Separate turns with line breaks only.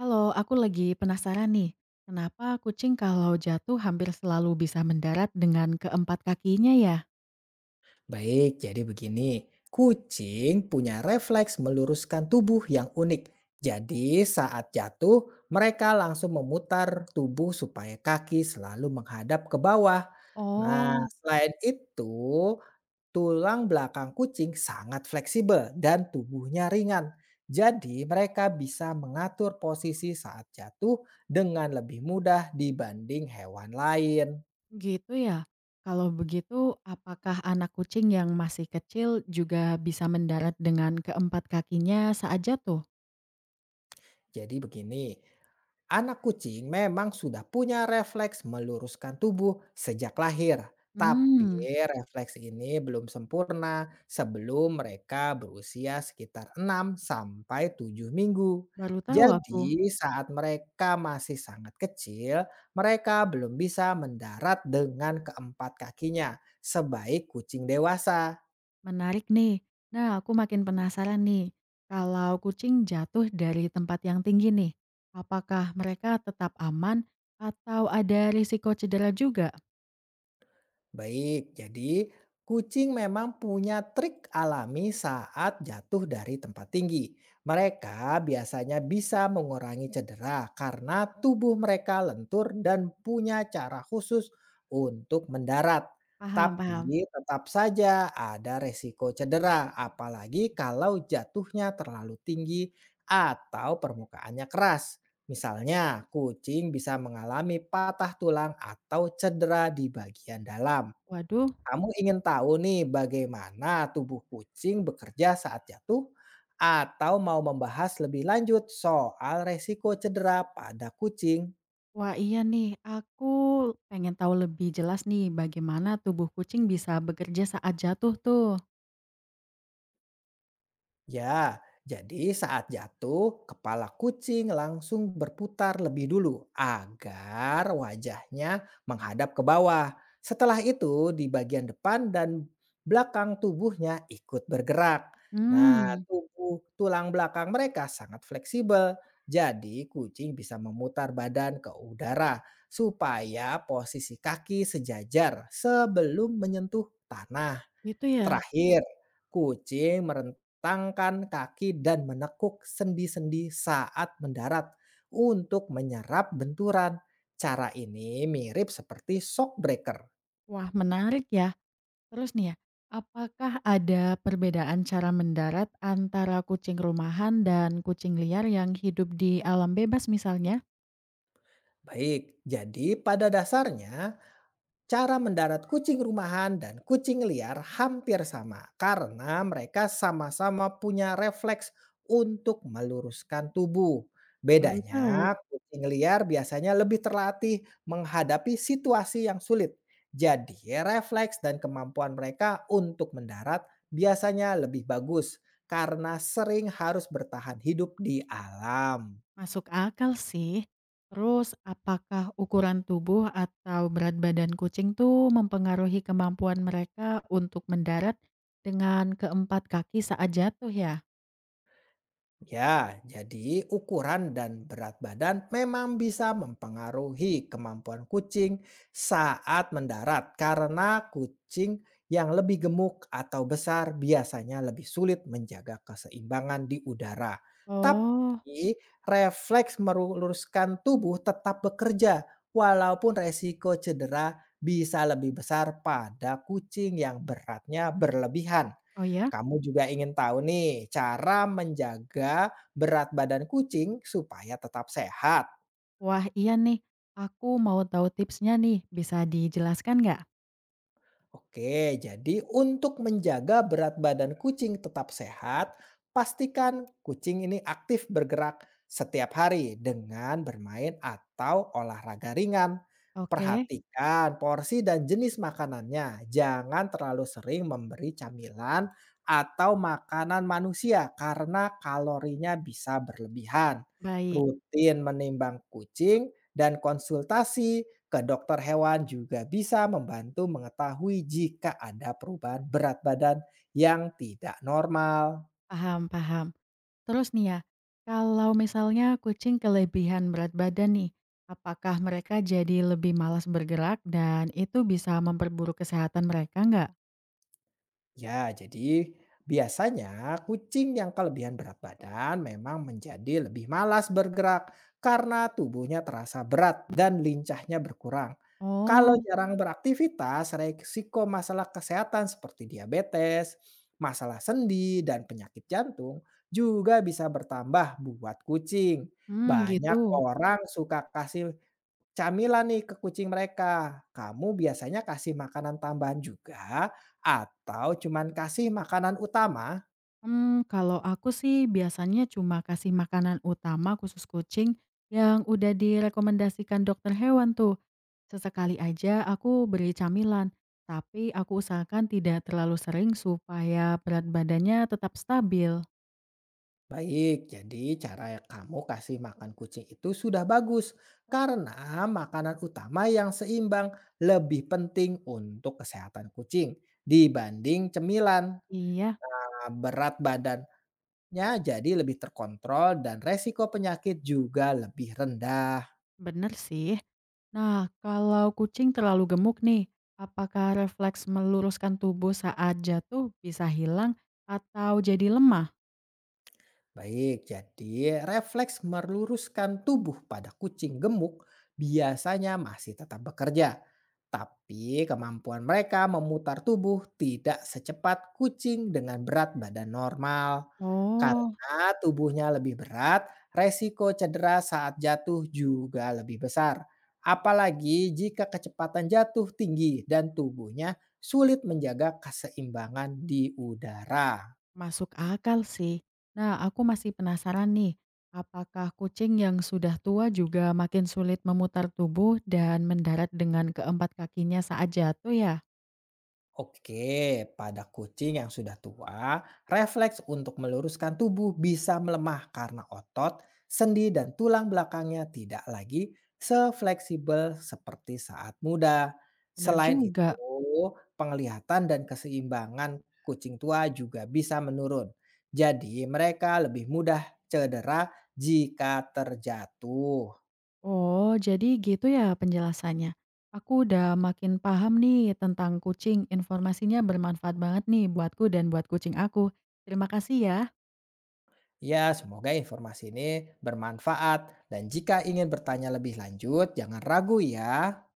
Halo, aku lagi penasaran nih, kenapa kucing kalau jatuh hampir selalu bisa mendarat dengan keempat kakinya ya?
Baik, jadi begini. Kucing punya refleks meluruskan tubuh yang unik. Jadi saat jatuh, mereka langsung memutar tubuh supaya kaki selalu menghadap ke bawah. Nah,
Oh,
selain itu, tulang belakang kucing sangat fleksibel dan tubuhnya ringan. Jadi mereka bisa mengatur posisi saat jatuh dengan lebih mudah dibanding hewan lain.
gitu ya. Kalau begitu, apakah anak kucing yang masih kecil juga bisa mendarat dengan keempat kakinya saat jatuh?
Jadi begini, anak kucing memang sudah punya refleks meluruskan tubuh sejak lahir, tapi
Hmm,
refleks ini belum sempurna sebelum mereka berusia sekitar 6 sampai 7 minggu.
baru tahu aku.
Jadi, saat mereka masih sangat kecil, mereka belum bisa mendarat dengan keempat kakinya sebaik kucing dewasa.
Menarik nih. Nah, aku makin penasaran nih. Kalau kucing jatuh dari tempat yang tinggi nih, apakah mereka tetap aman atau ada risiko cedera juga?
Baik, jadi kucing memang punya trik alami saat jatuh dari tempat tinggi. Mereka biasanya bisa mengurangi cedera karena tubuh mereka lentur dan punya cara khusus untuk mendarat.
Paham paham.
Tapi tetap saja ada resiko cedera, apalagi kalau jatuhnya terlalu tinggi atau permukaannya keras. Misalnya, kucing bisa mengalami patah tulang atau cedera di bagian dalam.
Waduh,
Kamu ingin tahu nih bagaimana tubuh kucing bekerja saat jatuh? Atau mau membahas lebih lanjut soal resiko cedera pada kucing?
wah iya nih, aku pengen tahu lebih jelas nih bagaimana tubuh kucing bisa bekerja saat jatuh tuh.
Ya, jadi saat jatuh, kepala kucing langsung berputar lebih dulu agar wajahnya menghadap ke bawah. Setelah itu, di bagian depan dan belakang tubuhnya ikut bergerak. Nah,
Hmm,
tubuh tulang belakang mereka sangat fleksibel. Jadi, kucing bisa memutar badan ke udara supaya posisi kaki sejajar sebelum menyentuh tanah.
gitu ya.
Terakhir, kucing merentangkan kaki dan menekuk sendi-sendi saat mendarat untuk menyerap benturan. Cara ini mirip seperti shockbreaker.
Wah menarik ya. Terus nih ya, apakah ada perbedaan cara mendarat antara kucing rumahan dan kucing liar yang hidup di alam bebas misalnya?
Baik, jadi pada dasarnya cara mendarat kucing rumahan dan kucing liar hampir sama karena mereka sama-sama punya refleks untuk meluruskan tubuh.
Baru tahu.
Bedanya, kucing liar biasanya lebih terlatih menghadapi situasi yang sulit. Jadi, refleks dan kemampuan mereka untuk mendarat biasanya lebih bagus karena sering harus bertahan hidup di alam.
Masuk akal sih. Terus apakah ukuran tubuh atau berat badan kucing tuh mempengaruhi kemampuan mereka untuk mendarat dengan keempat kaki saat jatuh ya?
Ya, jadi ukuran dan berat badan memang bisa mempengaruhi kemampuan kucing saat mendarat karena kucing yang lebih gemuk atau besar biasanya lebih sulit menjaga keseimbangan di udara.
Oh,
Tapi refleks meluruskan tubuh tetap bekerja walaupun resiko cedera bisa lebih besar pada kucing yang beratnya berlebihan.
oh ya?
Kamu juga ingin tahu nih cara menjaga berat badan kucing supaya tetap sehat.
Wah iya nih, aku mau tahu tipsnya nih, bisa dijelaskan nggak?
Oke, jadi untuk menjaga berat badan kucing tetap sehat, pastikan kucing ini aktif bergerak setiap hari dengan bermain atau olahraga ringan.
Oke,
Perhatikan porsi dan jenis makanannya. Jangan terlalu sering memberi camilan atau makanan manusia karena kalorinya bisa berlebihan.
baik,
Rutin menimbang kucing dan konsultasi ke dokter hewan juga bisa membantu mengetahui jika ada perubahan berat badan yang tidak normal.
paham paham. Terus nih ya, kalau misalnya kucing kelebihan berat badan nih, apakah mereka jadi lebih malas bergerak dan itu bisa memperburuk kesehatan mereka nggak?
Ya, jadi biasanya kucing yang kelebihan berat badan memang menjadi lebih malas bergerak karena tubuhnya terasa berat dan lincahnya berkurang. Kalau
Oh,
jarang beraktivitas, resiko masalah kesehatan seperti diabetes, masalah sendi, dan penyakit jantung juga bisa bertambah buat kucing.
hmm,
Banyak
gitu.
orang suka kasih camilan nih ke kucing mereka. Kamu biasanya kasih makanan tambahan juga atau cuman kasih makanan utama?
Hmm, kalau aku sih biasanya cuma kasih makanan utama khusus kucing yang udah direkomendasikan dokter hewan tuh. Sesekali aja aku beri camilan, tapi aku usahakan tidak terlalu sering supaya berat badannya tetap stabil.
Baik, jadi cara kamu kasih makan kucing itu sudah bagus karena makanan utama yang seimbang lebih penting untuk kesehatan kucing dibanding cemilan.
Iya,
Nah, berat badannya jadi lebih terkontrol dan resiko penyakit juga lebih rendah.
bener sih. Nah, kalau kucing terlalu gemuk nih, apakah refleks meluruskan tubuh saat jatuh bisa hilang atau jadi lemah?
Baik, jadi refleks meluruskan tubuh pada kucing gemuk biasanya masih tetap bekerja, tapi kemampuan mereka memutar tubuh tidak secepat kucing dengan berat badan normal.
Oh,
Karena tubuhnya lebih berat, resiko cedera saat jatuh juga lebih besar. Apalagi jika kecepatan jatuh tinggi dan tubuhnya sulit menjaga keseimbangan di udara.
masuk akal sih. Nah, aku masih penasaran nih, apakah kucing yang sudah tua juga makin sulit memutar tubuh dan mendarat dengan keempat kakinya saat jatuh ya?
Oke, pada kucing yang sudah tua, refleks untuk meluruskan tubuh bisa melemah karena otot, sendi, dan tulang belakangnya tidak lagi sefleksibel seperti saat muda.
Bener
Selain itu,
juga.
penglihatan dan keseimbangan kucing tua juga bisa menurun. Jadi, mereka lebih mudah cedera jika terjatuh.
Oh, jadi gitu ya penjelasannya. Aku udah makin paham nih tentang kucing. Informasinya bermanfaat banget nih buatku dan buat kucing aku. Terima kasih ya.
Ya, semoga informasi ini bermanfaat. Dan jika ingin bertanya lebih lanjut, jangan ragu ya.